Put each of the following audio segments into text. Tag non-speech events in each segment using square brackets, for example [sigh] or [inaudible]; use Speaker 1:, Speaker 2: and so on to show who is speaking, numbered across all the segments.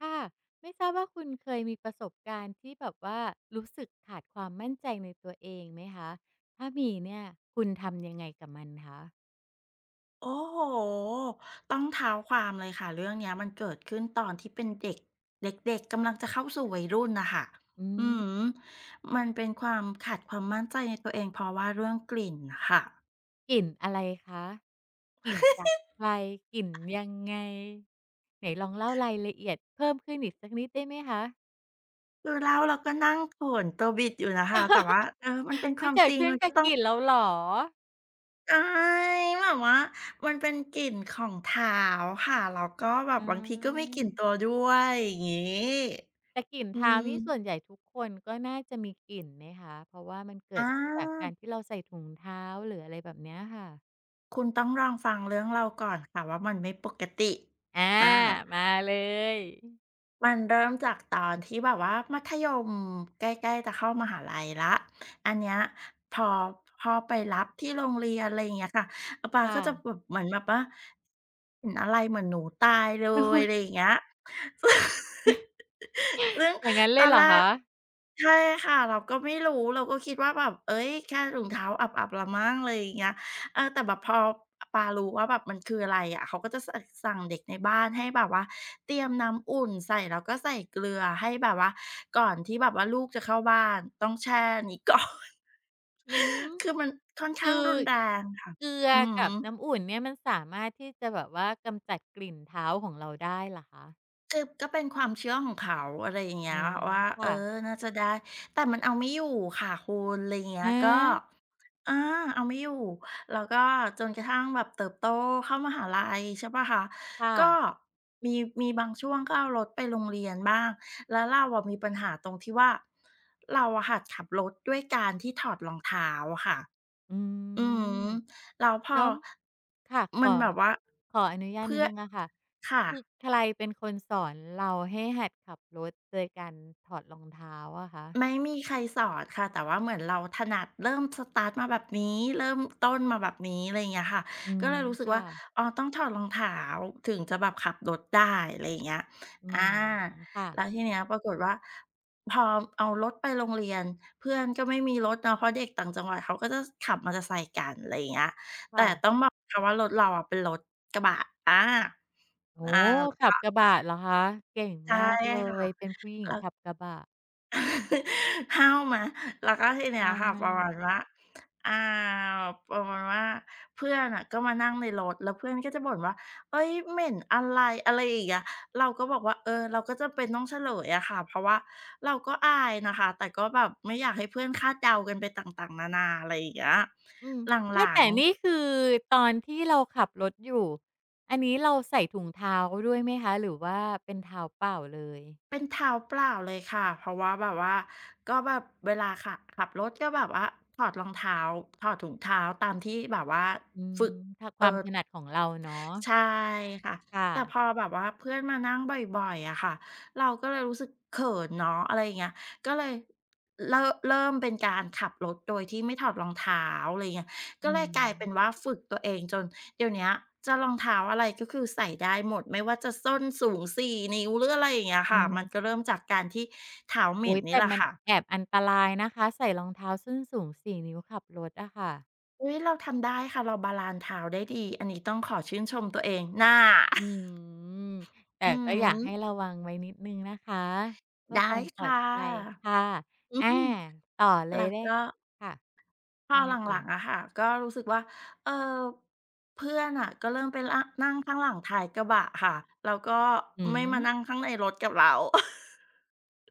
Speaker 1: ค่ะไม่ทราบว่าคุณเคยมีประสบการณ์ที่แบบว่ารู้สึกขาดความมั่นใจในตัวเองไหมคะถ้ามีเนี่ยคุณทำยังไงกับมันคะ
Speaker 2: โอ้โหต้องเท้าความเลยค่ะเรื่องเนี้ยมันเกิดขึ้นตอนที่เป็นเด็กเด็กๆกำลังจะเข้าสู่วัยรุ่นน่ะค่ะ
Speaker 1: อื
Speaker 2: อือ
Speaker 1: ม
Speaker 2: ฮึมันเป็นความขาดความมั่นใจในตัวเองเพราะว่าเรื่องกลิ่นน่ะค่ะ
Speaker 1: กลิ่นอะไรคะกลิ่นจากใครกลิ่นยังไงไหนลองเล่ารายละเอียดเพิ่มขึ้นอีกสักนิดได้ไหมคะ
Speaker 2: คือเล่าแล้วก็นั่งเขินตัวบิดอยู่นะคะแต่ว่ามันเป็นค
Speaker 1: มัน
Speaker 2: วาม
Speaker 1: เกิ
Speaker 2: จ
Speaker 1: ด
Speaker 2: ริง
Speaker 1: ขึ้น
Speaker 2: มันก็
Speaker 1: กับ
Speaker 2: ต้อ
Speaker 1: ก
Speaker 2: ง
Speaker 1: ลิ่นเราเหรอ
Speaker 2: ใช่แบบว่ามันเป็นกลิ่นของเท้าค่ะแล้วก็แบบ
Speaker 1: อา
Speaker 2: บางทีก็มีกลิ่นตัวด้วยอย่างงี้
Speaker 1: แต่กลิ่น
Speaker 2: อื
Speaker 1: เท้า
Speaker 2: ม
Speaker 1: นี่ส่วนใหญ่ทุกคนก็น่าจะมีกลิ่นไหมคะเพราะว่ามันเกิ
Speaker 2: อา
Speaker 1: ดจากการที่เราใส่ถุงเท้าหรืออะไรแบบเนี้ยค่ะ
Speaker 2: คุณต้องลองฟังเรื่องเราก่อนค่ะว่ามันไม่ปกติ
Speaker 1: อา
Speaker 2: อา
Speaker 1: มาเลย
Speaker 2: มันเริ่มจากตอนที่แบบว่ามัธยมใกล้ๆจะเข้ามหาลัยแล้วอันเนี้ยพอพอไปรับที่โรงเรียนอะไรอย่างเงี้ยค่ะอาป๊าก็
Speaker 1: ค่ะ
Speaker 2: จะแบบเหมือนแบบว่าเห็นอะไรเหมือนหนูตายเล
Speaker 1: โอ
Speaker 2: ย
Speaker 1: ๊ย
Speaker 2: อะไรอย่างเงี้ย [laughs] ซึ่ง
Speaker 1: อย่างงั้น
Speaker 2: ต
Speaker 1: เลย
Speaker 2: อน
Speaker 1: เหรอ
Speaker 2: แรก
Speaker 1: คะ
Speaker 2: ใช่ค่ะเราก็ไม่รู้เราก็คิดว่าแบบเอ้ยแค่ถุงเท้าอับๆแล้วมั้งเลยอะไรอย่างเงี้ย แต่แบบพอปารู้ว่าแบบมันคืออะไรอะเขาก็จะสั่งเด็กในบ้านให้แบบว่าเตรียมน้ำอุ่นใส่แล้วก็ใส่เกลือให้แบบว่าก่อนที่แบบว่าลูกจะเข้าบ้านต้องแช่นี้ [laughs] ก่อน
Speaker 1: อืม
Speaker 2: คือมันค่อนข้าง
Speaker 1: คือ
Speaker 2: รุนแรงค่ะ
Speaker 1: เกลือ
Speaker 2: อือ
Speaker 1: กับ
Speaker 2: ฮึ
Speaker 1: น้ำอุ่นเนี่ยมันสามารถที่จะแบบว่ากำจัดกลิ่นเท้าของเราได้เหรอคะ
Speaker 2: คือก็เป็นความเชื่อของเขาอะไรอย่าง
Speaker 1: อา
Speaker 2: เงี้ยว่า
Speaker 1: ค่ะ
Speaker 2: น่าจะได้แต่มันเอาไม่อยู่ค่ะคุณอะไรอย่างเงี้ย
Speaker 1: ฮะ
Speaker 2: ก็อาเอาไม่อยู่แล้วก็จนกระทั่งแบบเติบโตเข้ามหาลัยใช่เปล่าคะ
Speaker 1: ค่ะ
Speaker 2: ก็มีมีบางช่วงก็เอารถไปโรงเรียนบ้างแล้วเราอะมีปัญหาตรงที่ว่าเราอะหัดขับรถด้วยการที่ถอดรองเท้าอะค่ะ
Speaker 1: อื
Speaker 2: อือฮึ
Speaker 1: ม
Speaker 2: แล้วพอ
Speaker 1: แล้วค่ะข
Speaker 2: มั
Speaker 1: อ
Speaker 2: นแบบว่า
Speaker 1: ขออนุญาตนิ
Speaker 2: เพื่
Speaker 1: ด
Speaker 2: อ
Speaker 1: หนึ่งอะค่ะ
Speaker 2: ค่ะ
Speaker 1: คือใครเป็นคนสอนเราให้หัดขับรถโดยการถอดรองเท้าอะคะ
Speaker 2: ไม่มีใครสอนค่ะแต่ว่าเหมือนเราถนัดเริ่มสตาร์ตมาแบบนี้เริ่มต้นมาแบบนี้อะไรอย่างเงี้ยค่ะ
Speaker 1: อื
Speaker 2: ก็
Speaker 1: ม
Speaker 2: เลยรู้สึก
Speaker 1: ค่ะ
Speaker 2: ว่าอ๋อต้องถอดรองเท้าถึงจะแบบขับรถได้อะไรอย่างเงี้ย
Speaker 1: อื
Speaker 2: อา
Speaker 1: มค่ะ
Speaker 2: แล้วทีเนี้ยปรากฏว่าพอเอารถไปโรงเรียนเพื่อนก็ไม่มีรถเนาะเพราะเด็กต่างจังหวัดเขาก็จะขับมอเตอร์ไซค์กันอะไรอย่างเงี้ยแต่
Speaker 1: ค่ะ
Speaker 2: ต้องบอกนะคะว่ารถเราอะเป็นรถกระบะอา
Speaker 1: โอ้โฮ
Speaker 2: อา
Speaker 1: ขับกระบะเหรอคะเก่ง
Speaker 2: ใช่
Speaker 1: มากเล
Speaker 2: ค่ะ
Speaker 1: ยเป็นผู้หญิงขับกระบะ
Speaker 2: [laughs] ห้าวไหแล้วก็ทีเนี้ย
Speaker 1: ก้า
Speaker 2: ค่ะป
Speaker 1: มา
Speaker 2: ระ
Speaker 1: ก
Speaker 2: มาณว่าอ่าประมาณว่าเพื่อนอ่ะก็มานั่งในรถแล้วเพื่อนก็จะบ่นว่าเอ้ยเหม็นอะไรอะไรอย่างเงี้ยเราก็บอกว่าเราก็จะเป็นต้องเฉลยอะค่ะเพราะว่าเราก็อายนะคะแต่ก็แบบไม่อยากให้เพื่อนคาดเดากันไปต่างๆนานาอะไรอย่างเงี้ย
Speaker 1: อืม
Speaker 2: ห
Speaker 1: ไม่
Speaker 2: ลัง
Speaker 1: แต่
Speaker 2: ๆ
Speaker 1: นี่คือตอนที่เราขับรถอยู่อันนี้เราใส่ถุงเท้าด้วยไหมคะหรือว่าเป็นเท้าเปล่าเลย
Speaker 2: เป็นเท้าเปล่าเลยค่ะ เพราะว่าแบบว่าก็แบบเวลาขับรถก็แบบว่าถอดรองเท้าถอดถุงเท้าตามที่แบบว่า
Speaker 1: อื
Speaker 2: ฝึ
Speaker 1: ม
Speaker 2: ก
Speaker 1: ถ้าค
Speaker 2: เอ่อ
Speaker 1: วามถนัดของเราเนาะ
Speaker 2: ใช่ค่ะ
Speaker 1: ค่ะ
Speaker 2: แต่พอแบบว่าเพื่อนมานั่งบ่อยๆอะค่ะเราก็เลยรู้สึกเขินเนาะอะไรอย่างเงี้ยก็เลยเริ่มเป็นการขับรถโดยที่ไม่ถอดรองเท้าอะไรเงี้ยก็
Speaker 1: อื
Speaker 2: เลย
Speaker 1: ม
Speaker 2: กลายเป็นว่าฝึกตัวเองจนเดี๋ยวเนี้ยจะรองเท้าอะไรก็คือใส่ได้หมดไม่ว่าจะส้นสูงส่นิ้วหรืออะไรอย่างเงี้ย
Speaker 1: อื
Speaker 2: ค่ะ
Speaker 1: ม
Speaker 2: มันก็เริ่มจากการที่เท้าเห
Speaker 1: โอ
Speaker 2: ม็น
Speaker 1: ย
Speaker 2: นี่
Speaker 1: แต่
Speaker 2: แหละ
Speaker 1: มันแอ
Speaker 2: ค่ะ
Speaker 1: บอันตรายนะคะใส่รองเท้าส้นสูง4นิ้วขับรถอะค่ะ
Speaker 2: อุ้ยเราทำได้ค่ะเราบาลานซ์เท้าได้ดีอันนี้ต้องขอชื่นชมตัวเองน่า
Speaker 1: อืมแต่
Speaker 2: [laughs] อื
Speaker 1: ก็อยา
Speaker 2: ม
Speaker 1: กให้ระวังไว้นิดนึงนะคะเพื่อค
Speaker 2: ได้
Speaker 1: วามปลอด
Speaker 2: ค่ะ
Speaker 1: ภัยค่ะ
Speaker 2: อื
Speaker 1: อา
Speaker 2: ม
Speaker 1: ต่อเล
Speaker 2: แล้
Speaker 1: ย
Speaker 2: ว
Speaker 1: ได้
Speaker 2: ก็
Speaker 1: ค่ะ
Speaker 2: พอ
Speaker 1: ยังไง
Speaker 2: ห
Speaker 1: เอ่
Speaker 2: ลั
Speaker 1: ย
Speaker 2: งๆอะค่ะก็รู้สึกว่าเออเพื่อนอะก็เริ่มไปล่ะนั่งข้างหลังท้ายกระบะค่ะแล้วก็
Speaker 1: อื
Speaker 2: ไม่มา
Speaker 1: ม
Speaker 2: นั่งข้างในรถกับเรา [laughs]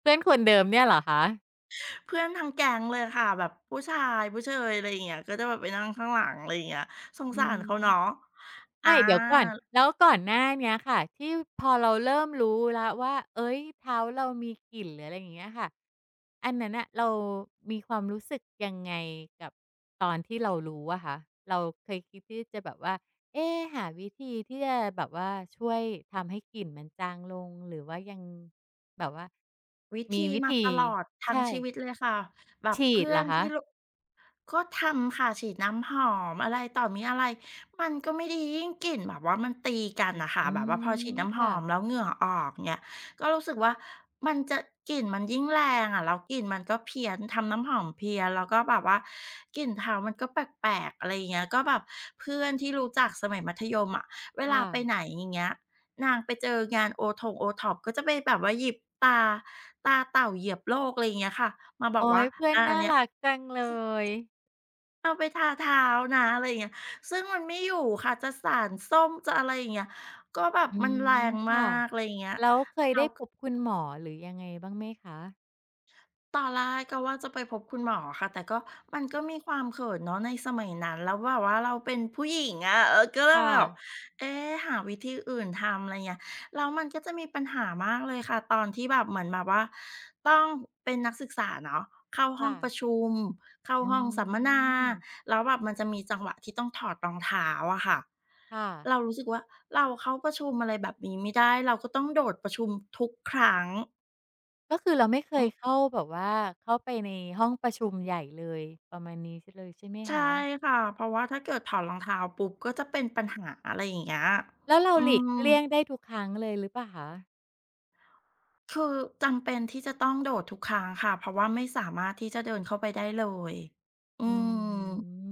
Speaker 1: เพื่อนคนเดิมเนี่ยเหรอคะ
Speaker 2: เพื่อนทั้งแก๊งเลยค่ะแบบผู้ชายผู้เชยอะไรอย่างเงี้ยก็จะแบบไปนั่งข้างหลังอะไรอย่างเงี้ยสง
Speaker 1: อื
Speaker 2: สารเขา
Speaker 1: ม
Speaker 2: เนาะอา
Speaker 1: ไม่เดี๋ยวก่อนแล้วก่อนหน้าเนี้ยค่ะที่พอเราเริ่มรู้แล้วว่าเอ๊ยเท้าเรามีกลิ่นหรืออะไรอย่างเงี้ยค่ะอันนั้นน่ะเรามีความรู้สึกยังไงกับตอนที่เรารู้อะคะเราเคยคิดที่จะแบบว่าเอ๊หาวิธีที่จะแบบว่าช่วยทำให้กลิ่นมันจางลงหรือว่ายังแบบว่า
Speaker 2: วิ
Speaker 1: มี
Speaker 2: ธี
Speaker 1: วิ
Speaker 2: มา
Speaker 1: ธี
Speaker 2: ตลอดทั้ง
Speaker 1: ใช่
Speaker 2: ชีวิตเลยค่ะแบบ
Speaker 1: ฉีด
Speaker 2: เพื่อ
Speaker 1: เหรอ
Speaker 2: น
Speaker 1: คะ
Speaker 2: ที่รก็ทำค่ะฉีดน้ำหอมอะไรต่อมีอะไรมันก็ไม่ดียิ่งกลิ่นแบบว่ามันตีกันน่ะค่ะ
Speaker 1: อื
Speaker 2: แบบว่าพอฉีด
Speaker 1: ม
Speaker 2: น้ำหอม
Speaker 1: ค่ะ
Speaker 2: แล้วเหงื่อออกเนี่ยก็รู้สึกว่ามันจะกลิ่นมันยิ่งแรงอะแล้วกลิ่นมันก็เพี้ยนทำน้ำหอมเพี้ยนแล้วก็แบบว่ากลิ่นเท้ามันก็แปลกๆอะไรอย่างเงี้ยก็แบบเพื่อนที่รู้จักสมัยมัธยมอะเวลาไปไห
Speaker 1: ค่ะ
Speaker 2: นอย่างเงี้ย นางไปเจองานโอทงโอท็อปก็จะไปแบบว่าหยิบตาเต่าเหยียบโลกอะไรอย่างเงี้ยค่ะมาบอก
Speaker 1: โอ๊
Speaker 2: ว่า
Speaker 1: ยเพื่อน
Speaker 2: อาอัน
Speaker 1: น่า
Speaker 2: เนี้ย
Speaker 1: รักจังเลย
Speaker 2: เอาไปทาเท้านะอะไรอย่างเงี้ยซึ่งมันไม่อยู่ค่ะจะสารส้มจะอะไรอย่างเงี้ยก็แบบ
Speaker 1: อื
Speaker 2: มันแร
Speaker 1: ม
Speaker 2: งมา
Speaker 1: ค่ะ
Speaker 2: กอะไรอย่างเงี้ย
Speaker 1: แล้วเคยได้พบคุณหมอหรือยังไงบ้างไหมคะ
Speaker 2: ตอนแรกก็ว่าจะไปพบคุณหมอค่ะแต่ก็มันก็มีความเขินเนาะในสมัยนั้นแล้วแบบว่าเราเป็นผู้หญิงอะก็เลย
Speaker 1: ค่ะ
Speaker 2: แบบเอ๊ะหาวิธีอื่นทำอะไรเงี้ยแล้วมันก็จะมีปัญหามากเลยค่ะตอนที่แบบเหมือนแบบว่าต้องเป็นนักศึกษาเนาะเข้าห้อง
Speaker 1: ค่ะ
Speaker 2: ประชุมเข้า
Speaker 1: อื
Speaker 2: ห้องสัมมนา
Speaker 1: ม
Speaker 2: แล้วแบบมันจะมีจังหวะที่ต้องถอดรองเท้าอะค่ะ
Speaker 1: ค่ะ
Speaker 2: เรารู้สึกว่าเราเข้าประชุมอะไรแบบนี้ไม่ได้เราก็ต้องโดดประชุมทุกครั้ง
Speaker 1: ก็คือเราไม่เค
Speaker 2: อื
Speaker 1: ย
Speaker 2: ม
Speaker 1: เข้าแบบว่าเข้าไปในห้องประชุมใหญ่เลยประมาณนี้ซเลยใช่ไหม
Speaker 2: ใช่
Speaker 1: คะ
Speaker 2: ค่ะ เพราะว่าถ้าเกิดถอดรองเท้าปุ๊บก็จะเป็นปัญหาอะไรอย่างเงี้ย
Speaker 1: แล้วเรา
Speaker 2: อื
Speaker 1: หลีก
Speaker 2: ม
Speaker 1: เลี่ยงได้ทุกครั้งเลยหรือเปล่าคะ
Speaker 2: คือจำเป็นที่จะต้องโดดทุกครั้งค่ะ เพราะว่าไม่สามารถที่จะเดินเข้าไปได้เลย อื
Speaker 1: อื
Speaker 2: ม
Speaker 1: ม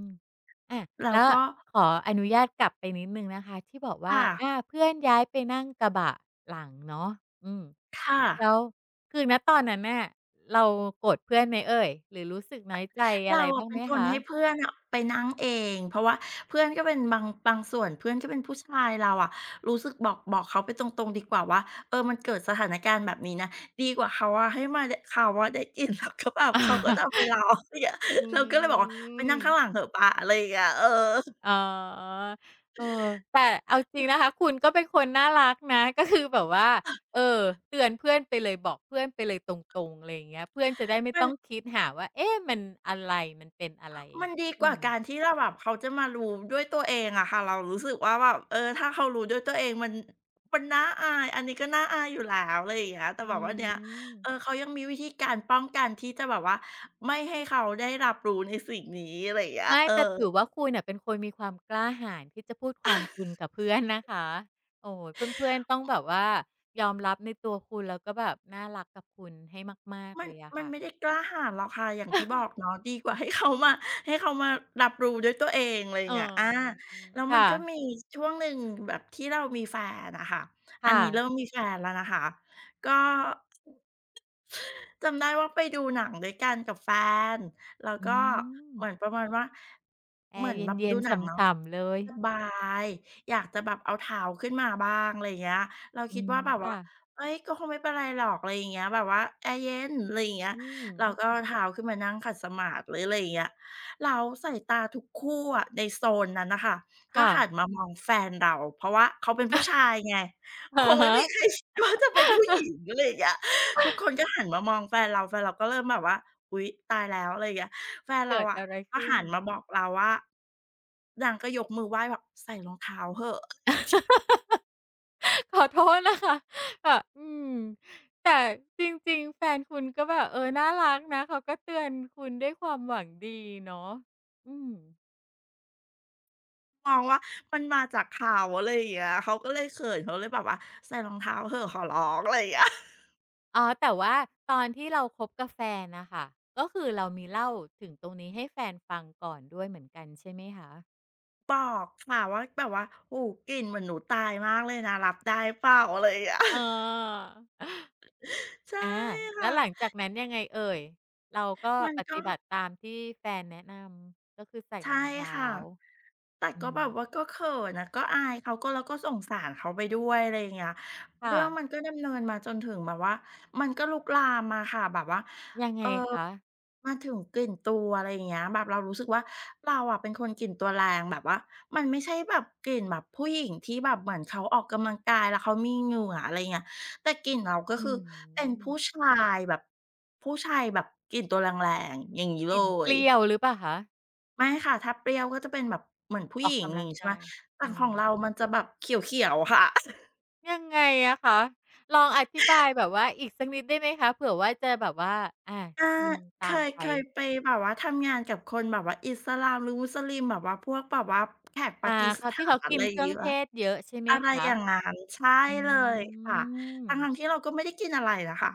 Speaker 1: อะ
Speaker 2: แล้
Speaker 1: แล้
Speaker 2: ว
Speaker 1: ว
Speaker 2: ก็
Speaker 1: ขออนุญาตกลับไปนิดหนึ่งนะคะที่บอกว่า
Speaker 2: ค่ะ
Speaker 1: อาเพื่อนย้ายไปนั่งกระบะหลังเนาะอืม
Speaker 2: ค่ะ
Speaker 1: แล้วคือณตอนนั้นน่ะเราโกรธเพื่อนไหมเอ่ยหรือรู้สึกน้อยใจอะ
Speaker 2: เรา
Speaker 1: ไร
Speaker 2: อะ
Speaker 1: บ้าง
Speaker 2: เป็น
Speaker 1: ไหม
Speaker 2: คน
Speaker 1: คะ
Speaker 2: ให้เพื่อนอะไปนั่งเองเพราะว่าเพื่อนก็เป็นบางส่วนเพื่อนก็เป็นผู้ชายเราอะรู้สึกบอกเขาไปตรงๆดีกว่าว่ามันเกิดสถานการณ์แบบนี้นะดีกว่าเขาอะให้มาดเขาอะได้กินแล้วก็แบบเขาก็จะเอาไปเราอย่างเงี้ย
Speaker 1: อ
Speaker 2: เราก็เลย
Speaker 1: ื
Speaker 2: บอกว่าไปนั่ง
Speaker 1: ม
Speaker 2: ข้างหลังเถอะป๊าอะไรอย่างเงี้ยเออ
Speaker 1: อ๋อเออแต่เอาจริงนะคะ คุณก็เป็นคนน่ารักนะ [laughs] ก็คือแบบว่าเออเตือนเพื่อนไปเลยบอกเพื่อนไปเลยตรงๆอะไรอย่างเงี้ยเพื่อนจะได้ไม่
Speaker 2: มัน
Speaker 1: ต้องคิดหาว่า เอ๊ะมันอะไร มันเป็นอะไร
Speaker 2: มันดีก
Speaker 1: อื
Speaker 2: ว่า
Speaker 1: ม
Speaker 2: การที่เราแบบเขาจะมารู้ด้วยตัวเองอะค่ะเรารู้สึกว่าแบบถ้าเขารู้ด้วยตัวเองมันมันน่าอายอันนี้ก็น่าอายอยู่แล้วอะไรอย่างเงี้ยแต่
Speaker 1: อื
Speaker 2: แบบว่าเนี้ย
Speaker 1: ม
Speaker 2: เขายังมีวิธีการป้องกันที่จะแบบว่าไม่ให้เขาได้รับรู้ในสิ่งนี้อะไรอย่างเงี้ย
Speaker 1: ไม่
Speaker 2: เออ
Speaker 1: แต่ถือว่าคุณน่ะเป็นคนมีความกล้าหาญที่จะพูดความจริงกับเพื่อนนะคะโอ้โฮเพื่อนๆ ต้องแบบว่ายอมรับในตัวคุณแล้วก็แบบน่ารักกับคุณให้มาก
Speaker 2: มั
Speaker 1: ๆ
Speaker 2: น
Speaker 1: เลยอะ
Speaker 2: มัน
Speaker 1: ค่ะ
Speaker 2: ไม่ได้กล้าหาญหรอกค่ะอย่างที่บอก
Speaker 1: [laughs]
Speaker 2: เนาะดีกว่าให้เขามารับรู้ด้วยตัวเองอะไรอย่า
Speaker 1: เอ
Speaker 2: งเงี้ยอา
Speaker 1: อ
Speaker 2: แล้วมัน
Speaker 1: ค่ะ
Speaker 2: ก็มีช่วงหนึ่งแบบที่เรามีแฟนอะค่ะอัน
Speaker 1: ค่ะ
Speaker 2: นี้เริ่มมีแฟนแล้วนะคะก็ จำได้ว่าไปดูหนังด้วยกันกับแฟน แล้ว
Speaker 1: อื
Speaker 2: ก็
Speaker 1: ม
Speaker 2: เหมือนประมาณว่า
Speaker 1: แอ
Speaker 2: เหมือ
Speaker 1: ร์
Speaker 2: น
Speaker 1: เ
Speaker 2: แบบ
Speaker 1: ย็
Speaker 2: ดู
Speaker 1: นๆ
Speaker 2: หนังเนาะ
Speaker 1: ฉ่ำๆเลย
Speaker 2: สบายอยากจะแบบเอาเท้าขึ้นมาบ้างอะไรอย่างเงี้ยเรา
Speaker 1: อื
Speaker 2: คิด
Speaker 1: ม
Speaker 2: ว่าแบบว่า
Speaker 1: ค่ะ
Speaker 2: เฮ้ยก็คงไม่เป็นไรหรอกอะไรอย่างเงี้ยแบบว่าแอร์เย็นอะไรอย่างเงี้ย
Speaker 1: อืม
Speaker 2: เราก็เอาเท้าขึ้นมานั่งขัดสมาธิหรืออะไรอย่างเงี้ยแล้วสายตาทุกคู่อะในโซนนั้นน่ะค่ะก็
Speaker 1: ค่ะ
Speaker 2: หันมามองแฟนเราเพราะว่าเขาเป็นผู้ชายไง
Speaker 1: [laughs]
Speaker 2: ค
Speaker 1: อะ
Speaker 2: งไม่มีใคร
Speaker 1: ฮะ
Speaker 2: [laughs] คิดว่าจะเป็นผู้หญิงอะไรอย่างเงี้ย ทุกคนก็หันมามองแฟนเราแฟนเราก็เริ่มแบบว่าอุ๊ยตายแล้วอะไรอย่างเงี้ยแฟนเรา
Speaker 1: เกิด
Speaker 2: อะ
Speaker 1: อะไร
Speaker 2: ก็
Speaker 1: ขึ้น
Speaker 2: หันมาบอกเราว่านางก็ยกมือไหว้แบบใส่รองเท้าเหอะ
Speaker 1: [laughs] ขอโทษนะคะแบอืมแต่จริงๆแฟนคุณก็แบบเออน่ารักนะเขาก็เตือนคุณด้วยความหวังดีเนาะอืม
Speaker 2: มองว่ามันมาจากเขาอะไรอย่างเงี้ยเขาก็เลยเขินเขาเลยแบบว่าใส่รองเท้าเหอะขอร้องอะไรอย่างเงี้ย
Speaker 1: อ๋อแต่ว่าตอนที่เราคบกับแฟนน่ะค่ะก็คือเรามีเล่าถึงตรงนี้ให้แฟนฟังก่อนด้วยเหมือนกันใช่ไหมคะ
Speaker 2: บอกค่ะว่าแบบว่าโอ้โฮกลิ่นเหมือนหนูตายมากเลยนะรับได้เปล่าอะไรอย่างเงี้ย
Speaker 1: อ๋
Speaker 2: [laughs]
Speaker 1: อ
Speaker 2: ใช่
Speaker 1: อาแล้
Speaker 2: ค่ะ
Speaker 1: วหลังจากนั้นยังไงเอ่ยเราก็
Speaker 2: มัน
Speaker 1: ป
Speaker 2: ก็
Speaker 1: ฏิบัติตามที่แฟนแนะนำก็คือใส่ร
Speaker 2: ใช่
Speaker 1: องเท้า
Speaker 2: ค่ะแต่
Speaker 1: อื
Speaker 2: ก็
Speaker 1: ม
Speaker 2: แบบว่าก็เขินอะก็อายเขาก็เราก็สงสารเขาไปด้วยอะไรอย่างเงี้ย
Speaker 1: ค่ะ
Speaker 2: เรื่องมันก็ดำเนินมาจนถึงแบบว่ามันก็ลุกลามมาค่ะแบบว่า
Speaker 1: ยังไงคะ
Speaker 2: มาถึงกลิ่นตัวอะไรอย่างเงี้ยแบบเรารู้สึกว่าเราอะเป็นคนกลิ่นตัวแรงแบบว่ามันไม่ใช่แบบกลิ่นแบบผู้หญิงที่แบบเหมือนเขาออกกำลังกายแล้วเขามีเหงื่ออะไรเงี้ยแต่กลิ่นเราก็คื
Speaker 1: อื้
Speaker 2: อ
Speaker 1: อฮื
Speaker 2: เป็น
Speaker 1: อ
Speaker 2: ผู้ชายแบบผู้ชายแบบกลิ่นตัวแรงๆอย่างงี้
Speaker 1: ก
Speaker 2: เล
Speaker 1: ลิ่นเป
Speaker 2: ย
Speaker 1: รี้ยวหรือเปล่าคะ
Speaker 2: ไม่ค่ะถ้าเปรี้ยวก็จะเป็นแบบเหมือนผู้
Speaker 1: อ
Speaker 2: ห
Speaker 1: อก
Speaker 2: ญิงอ
Speaker 1: กำ
Speaker 2: ย่า
Speaker 1: ลั
Speaker 2: ง
Speaker 1: ง
Speaker 2: งี้ใช่ไหม
Speaker 1: กาย
Speaker 2: แต่
Speaker 1: อื
Speaker 2: ขอ
Speaker 1: ม
Speaker 2: งเรามันจะแบบเขียวๆค่ะ
Speaker 1: ยังไงอะคะลองอธิบายแบบว่าอีกสักนิดได้ไหมคะเผื่อว่าจะแบบว่าอา
Speaker 2: อา
Speaker 1: กิน
Speaker 2: เค
Speaker 1: ตาม
Speaker 2: ย
Speaker 1: ไป
Speaker 2: ไปแบบว่าทำงานกับคนแบบว่าอิสลามหรือมุสลิมแบบว่าพวกแบบว่าแขกปา
Speaker 1: อา
Speaker 2: กีส
Speaker 1: เขา
Speaker 2: ถา
Speaker 1: ที่เขา
Speaker 2: น
Speaker 1: กิ
Speaker 2: อะ
Speaker 1: น
Speaker 2: ไรอ
Speaker 1: เค
Speaker 2: ย่าง
Speaker 1: รื่อ
Speaker 2: งี้
Speaker 1: ง
Speaker 2: เป
Speaker 1: เท
Speaker 2: ล่า
Speaker 1: ศเยอะใช่ไหม
Speaker 2: อะไรอ
Speaker 1: คะ
Speaker 2: ย่างงั้นใช่
Speaker 1: อ
Speaker 2: เลย
Speaker 1: ื
Speaker 2: ค่ะทั้งๆ
Speaker 1: ม
Speaker 2: ที่เราก็ไม่ได้กินอะไรนะคะ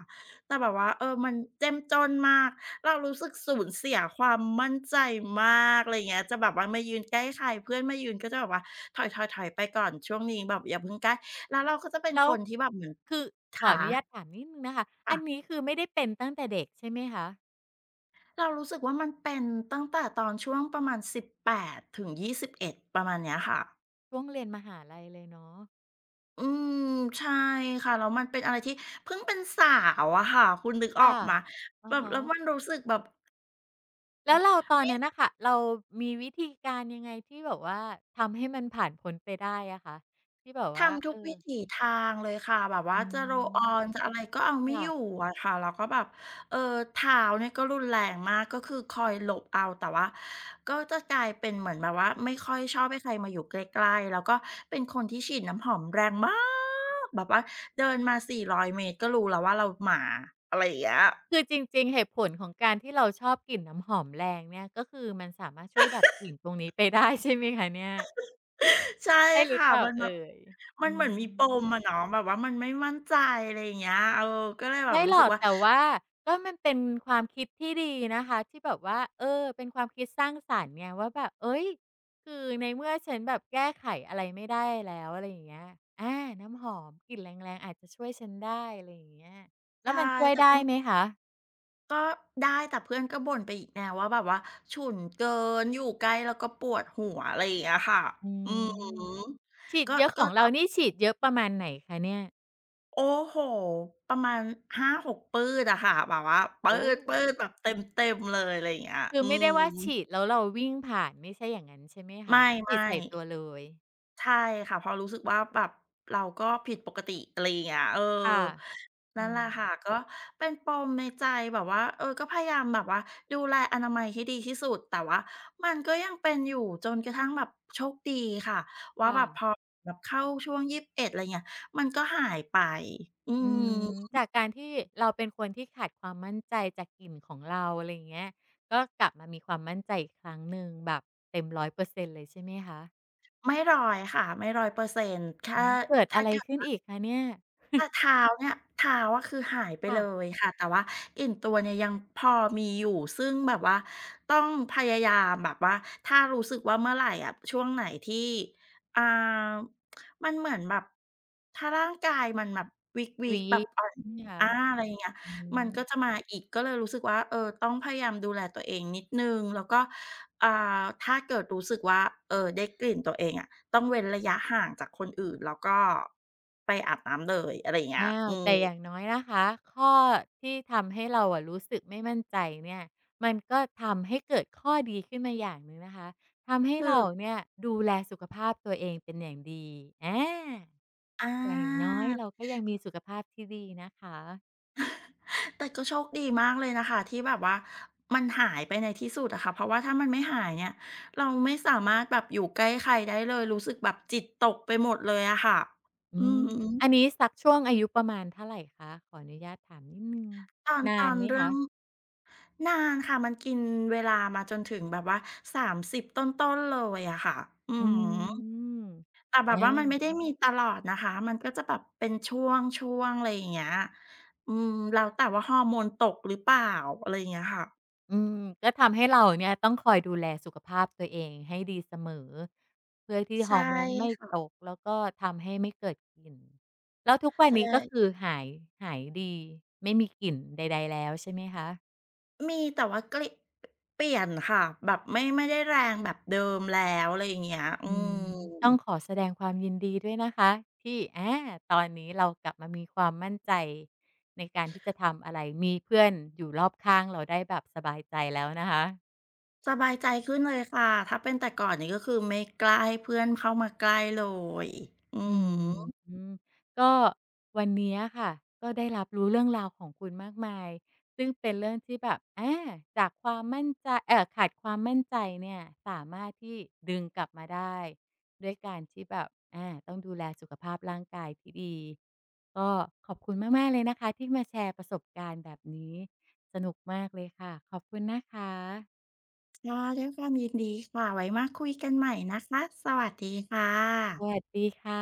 Speaker 2: แต่แบบว่ามันเจ้มจ้นมากเรารู้สึกสูญเสียความมั่นใจมากอะไรอย่างเงี้ยจะแบบว่ามายืนใกล้ใครเพื่อนมายืนก็จะแบบว่าถอยๆๆไปก่อนช่วงนี้แบบอย่าเพิ่งใกล้แล้วเราก็จะเป็น
Speaker 1: แล้
Speaker 2: ค
Speaker 1: ว
Speaker 2: นที่แบบเหมือน
Speaker 1: คือขอ
Speaker 2: ขา
Speaker 1: อนุญาตถามนิดหนึ่งนะคะอั
Speaker 2: ค่ะ
Speaker 1: นนี้คือไม่ได้เป็นตั้งแต่เด็กใช่ไหมคะ
Speaker 2: เรารู้สึกว่ามันเป็นตั้งแต่ตอนช่วงประมาณ18ถึง21ประมาณเนี้ยค่ะ
Speaker 1: ช่วงเรียนมหาลัยเลยเนาะ
Speaker 2: อืมใช่ค่ะแล้วมันเป็นอะไรที่เพิ่งเป็นสาวอะค่ะคุณนึกออก
Speaker 1: ค่ะ
Speaker 2: มาม
Speaker 1: อะ
Speaker 2: แบบ
Speaker 1: ฮะ
Speaker 2: แล้วมันรู้สึกแบบ
Speaker 1: แล้ว
Speaker 2: แบ
Speaker 1: เรา
Speaker 2: บ
Speaker 1: ตอนนั้นน่ะค่ะเรามีวิธีการยังไงที่แบบว่าทำให้มันผ่านพ้นไปได้อะคะที่แบบว่า
Speaker 2: ทำทุ
Speaker 1: เออ
Speaker 2: กวิถีทางเลยค่ะแบบว่า
Speaker 1: อื
Speaker 2: จะ roll
Speaker 1: ม
Speaker 2: on จะอะไรก็เอาไม่
Speaker 1: ค่ะ
Speaker 2: อยู่อะค่ะแล้วก็แบบเอ่อเท้าเนี่ยก็รุนแรงมากก็คือคอยหลบเอาแต่ว่าก็จะกลายเป็นเหมือนแบบว่าไม่ค่อยชอบให้ใครมาอยู่ใกล้ๆแล้วก็เป็นคนที่ฉีดน้ำหอมแรงมากแบบว่าเดินมา400เมตรก็รู้แล้วว่าเรามาอะไรอย่างเงี้ย
Speaker 1: คือจริงๆเหตุผลของการที่เราชอบกลิ่นน้ำหอมแรงเนี่ยก็คือมันสามารถช่วยดับกลิ่นตรงนี้ไปได้ [laughs] ใช่ไหมคะเนี่ย
Speaker 2: [laughs] ใช่
Speaker 1: ใช่หรือ
Speaker 2: ค่ะ
Speaker 1: เปล่า
Speaker 2: มันแบ
Speaker 1: เอ่
Speaker 2: บ
Speaker 1: ย
Speaker 2: มัน
Speaker 1: อื
Speaker 2: เหมือนมีป
Speaker 1: ม
Speaker 2: มอะเนาะแบบว่ามันไม่มั่นใจอะไรอย่างเงี้ยเออก็เลยแบบ
Speaker 1: ไม่
Speaker 2: รู้
Speaker 1: หร
Speaker 2: สึก
Speaker 1: อก
Speaker 2: ว่า
Speaker 1: แต่ว่าก็มันเป็นความคิดที่ดีนะคะที่แบบว่าเป็นความคิดสร้างสรรค์ไงว่าแบบเฮ้ยคือในเมื่อฉันแบบแก้ไขอะไรไม่ได้แล้วอะไรอย่างเงี้ยอาน้ำหอมกลิ่นแรงๆอาจจะช่วยฉันได้อะไรอย่างเงี้ยแล้ว
Speaker 2: ใช่
Speaker 1: มันช่วย
Speaker 2: แต่
Speaker 1: ได้
Speaker 2: ก็
Speaker 1: ไหมคะ
Speaker 2: ก็ได้แต่เพื่อนก็บ่นไปอีกแนวว่าแบบว่าฉุนเกินอยู่ใกล้แล้วก็ปวดหัวอะไรอย่างเงี้ยค่ะ
Speaker 1: อื
Speaker 2: อื
Speaker 1: ม
Speaker 2: ม
Speaker 1: ฉีด
Speaker 2: ก็
Speaker 1: เยอะข
Speaker 2: ก็
Speaker 1: องเรานี่ฉีดเยอะประมาณไหนคะเนี่ย
Speaker 2: โอ้โฮประมาณ5-6ปื้ดอะค่ะแบบว่าปื๊
Speaker 1: โอ้
Speaker 2: ดๆแบบเต็มๆเลยอะไรอย่างเงี้ย
Speaker 1: คือ
Speaker 2: อื
Speaker 1: ไม่
Speaker 2: ม
Speaker 1: ได้ว่าฉีดแล้วเราวิ่งผ่านไม่ใช่อย่างงั้นใช่ไหม
Speaker 2: ไม
Speaker 1: คะฉีด
Speaker 2: ่
Speaker 1: ใส่
Speaker 2: ๆ
Speaker 1: ตัวเลย
Speaker 2: ใช่ค่ะเพราะรู้สึกว่าแบบเราก็ผิดปกติอะไรอย่างเงี้ยเออ
Speaker 1: ค่ะ
Speaker 2: นั่
Speaker 1: อื
Speaker 2: นแหละ
Speaker 1: ม
Speaker 2: ค่ะก็เป็นปมในใจแบบว่าเออก็พยายามแบบว่าดูแลอนามัยให้ดีที่สุดแต่ว่ามันก็ยังเป็นอยู่จนกระทั่งแบบโชคดีค่ะว่าแบบพอ
Speaker 1: ค่ะ
Speaker 2: แบบเข้าช่วง21อดอะไรเงี้ยมันก็หายไปอื
Speaker 1: อื
Speaker 2: ม
Speaker 1: มจากการที่เราเป็นคนที่ขาดความมั่นใจจากกลิ่นของเราอะไรอย่างเงี้ยก็กลับมามีความมั่นใจอีกครั้งหนึ่งแบบเต็ม100%เลยใช่ไหมคะ
Speaker 2: ไม่รอยค่ะไม่รอยเปอร์เซ็นต์แค่
Speaker 1: เกิด
Speaker 2: ถ้า
Speaker 1: อะไร
Speaker 2: เกิด
Speaker 1: ขึ้นอีกคะเนี่ย
Speaker 2: แต่เท้าเนี่ยเท้าอะคือหายไป
Speaker 1: ค่ะ
Speaker 2: เลยค่ะแต่ว่ากลิ่นตัวเนี่ยยังพอมีอยู่ซึ่งแบบว่าต้องพยายามแบบว่าถ้ารู้สึกว่าเมื่อไหร่อะช่วงไหนที่อ่ามันเหมือนแบบถ้าร่างกายมันแบบวีก
Speaker 1: วี
Speaker 2: ๆแบบอ่อน
Speaker 1: ใช่ไหมคะ
Speaker 2: อาอะไรอย่างเงี้ย
Speaker 1: อื
Speaker 2: มัน
Speaker 1: ม
Speaker 2: ก็จะมาอีกก็เลยรู้สึกว่าเออต้องพยายามดูแลตัวเองนิดหนึ่งแล้วก็อ่าถ้าเกิดรู้สึกว่าเออได้กลิ่นตัวเองอะ ต้องเว้นระยะห่างจากคนอื่นแล้วก็ไปอาบน้ำเลยอะไรอย่างเงี้ย
Speaker 1: อ้าว
Speaker 2: อืม
Speaker 1: แต่อย่างน้อยนะคะข้อที่ทำให้เราอะรู้สึกไม่มั่นใจเนี่ยมันก็ทำให้เกิดข้อดีขึ้นมาอย่างหนึ่งนะคะทำให้
Speaker 2: คือ
Speaker 1: เราเนี่ยดูแลสุขภาพตัวเองเป็นอย่างดีอา
Speaker 2: อา
Speaker 1: อย่างน้อยเราก็ยังมีสุขภาพที่ดีนะคะ
Speaker 2: แต่ก็โชคดีมากเลยนะคะที่แบบว่ามันหายไปในที่สุดอะค่ะเพราะว่าถ้ามันไม่หายเนี่ยเราไม่สามารถแบบอยู่ใกล้ใครได้เลยรู้สึกแบบจิตตกไปหมดเลยอะค่ะ
Speaker 1: อื
Speaker 2: อื
Speaker 1: ม
Speaker 2: อฮึ
Speaker 1: อันนี้สักช่วงอายุประมาณเท่าไรคะขออนุญาตถามนิดหนึ่ง
Speaker 2: ตอน
Speaker 1: นา
Speaker 2: ตอ
Speaker 1: น
Speaker 2: น
Speaker 1: ไหม
Speaker 2: เรื่อ
Speaker 1: คะ
Speaker 2: งนานค่ะมันกินเวลามาจนถึงแบบว่า30ต้นๆเลยอะค่ะอื
Speaker 1: อื
Speaker 2: อฮึ
Speaker 1: ม
Speaker 2: แต่แบบว่ามัน
Speaker 1: อา
Speaker 2: ไม่ได้มีตลอดนะคะ มันก็จะแบบเป็นช่วงๆอะไรอย่างเงี้ยอืมแล้วแต่ว่าฮอร์โมนตกหรือเปล่าอะไรอย่างเงี้ยค่ะ
Speaker 1: อืม ก็ทำให้เราเนี่ยต้องคอยดูแลสุขภาพตัวเองให้ดีเสมอ เพื่อที่ฮ
Speaker 2: ใช่
Speaker 1: อร์โมนไม่ต
Speaker 2: ค่ะ
Speaker 1: กแล้วก็ทำให้ไม่เกิดกลิ่นแล้วทุกวัน
Speaker 2: ใช่
Speaker 1: นี้ก็คือหายหายดีไม่มีกลิ่นใดๆแล้วใช่ไหมคะ
Speaker 2: มีแต่ว่าเกลิเปลี่ยนค่ะแบบไม่ได้แรงแบบเดิมแล้วอะไรอย่างเงี้ยอื
Speaker 1: อืมต้อง
Speaker 2: ม
Speaker 1: ขอแสดงความยินดีด้วยนะคะที่ตอนนี้เรากลับมามีความมั่นใจในการที่จะทำอะไรมีเพื่อนอยู่รอบข้างเราได้แบบสบายใจแล้วนะคะ
Speaker 2: สบายใจขึ้นเลยค่ะถ้าเป็นแต่ก่อนนี่ก็คือไม่กล้าให้เพื่อนเข้ามาใกล้เลยอื
Speaker 1: อื
Speaker 2: อฮึ
Speaker 1: มก็วันเนี้ยค่ะก็ได้รับรู้เรื่องราวของคุณมากมายซึ่งเป็นเรื่องที่แบบจากความมั่นใจขาดความมั่นใจเนี่ยสามารถที่ดึงกลับมาได้ด้วยการที่แบบต้องดูแลสุขภาพร่างกายที่ดีก็ขอบคุณมากๆเลยนะคะที่มาแชร์ประสบการณ์แบบนี้สนุกมากเลยค่ะขอบคุณนะคะ
Speaker 2: ค่ะด้วยความยินดีค่ะ ไว้มาคุยกันใหม่นะคะ สวัสดีค่ะ
Speaker 1: สวัสดีค่ะ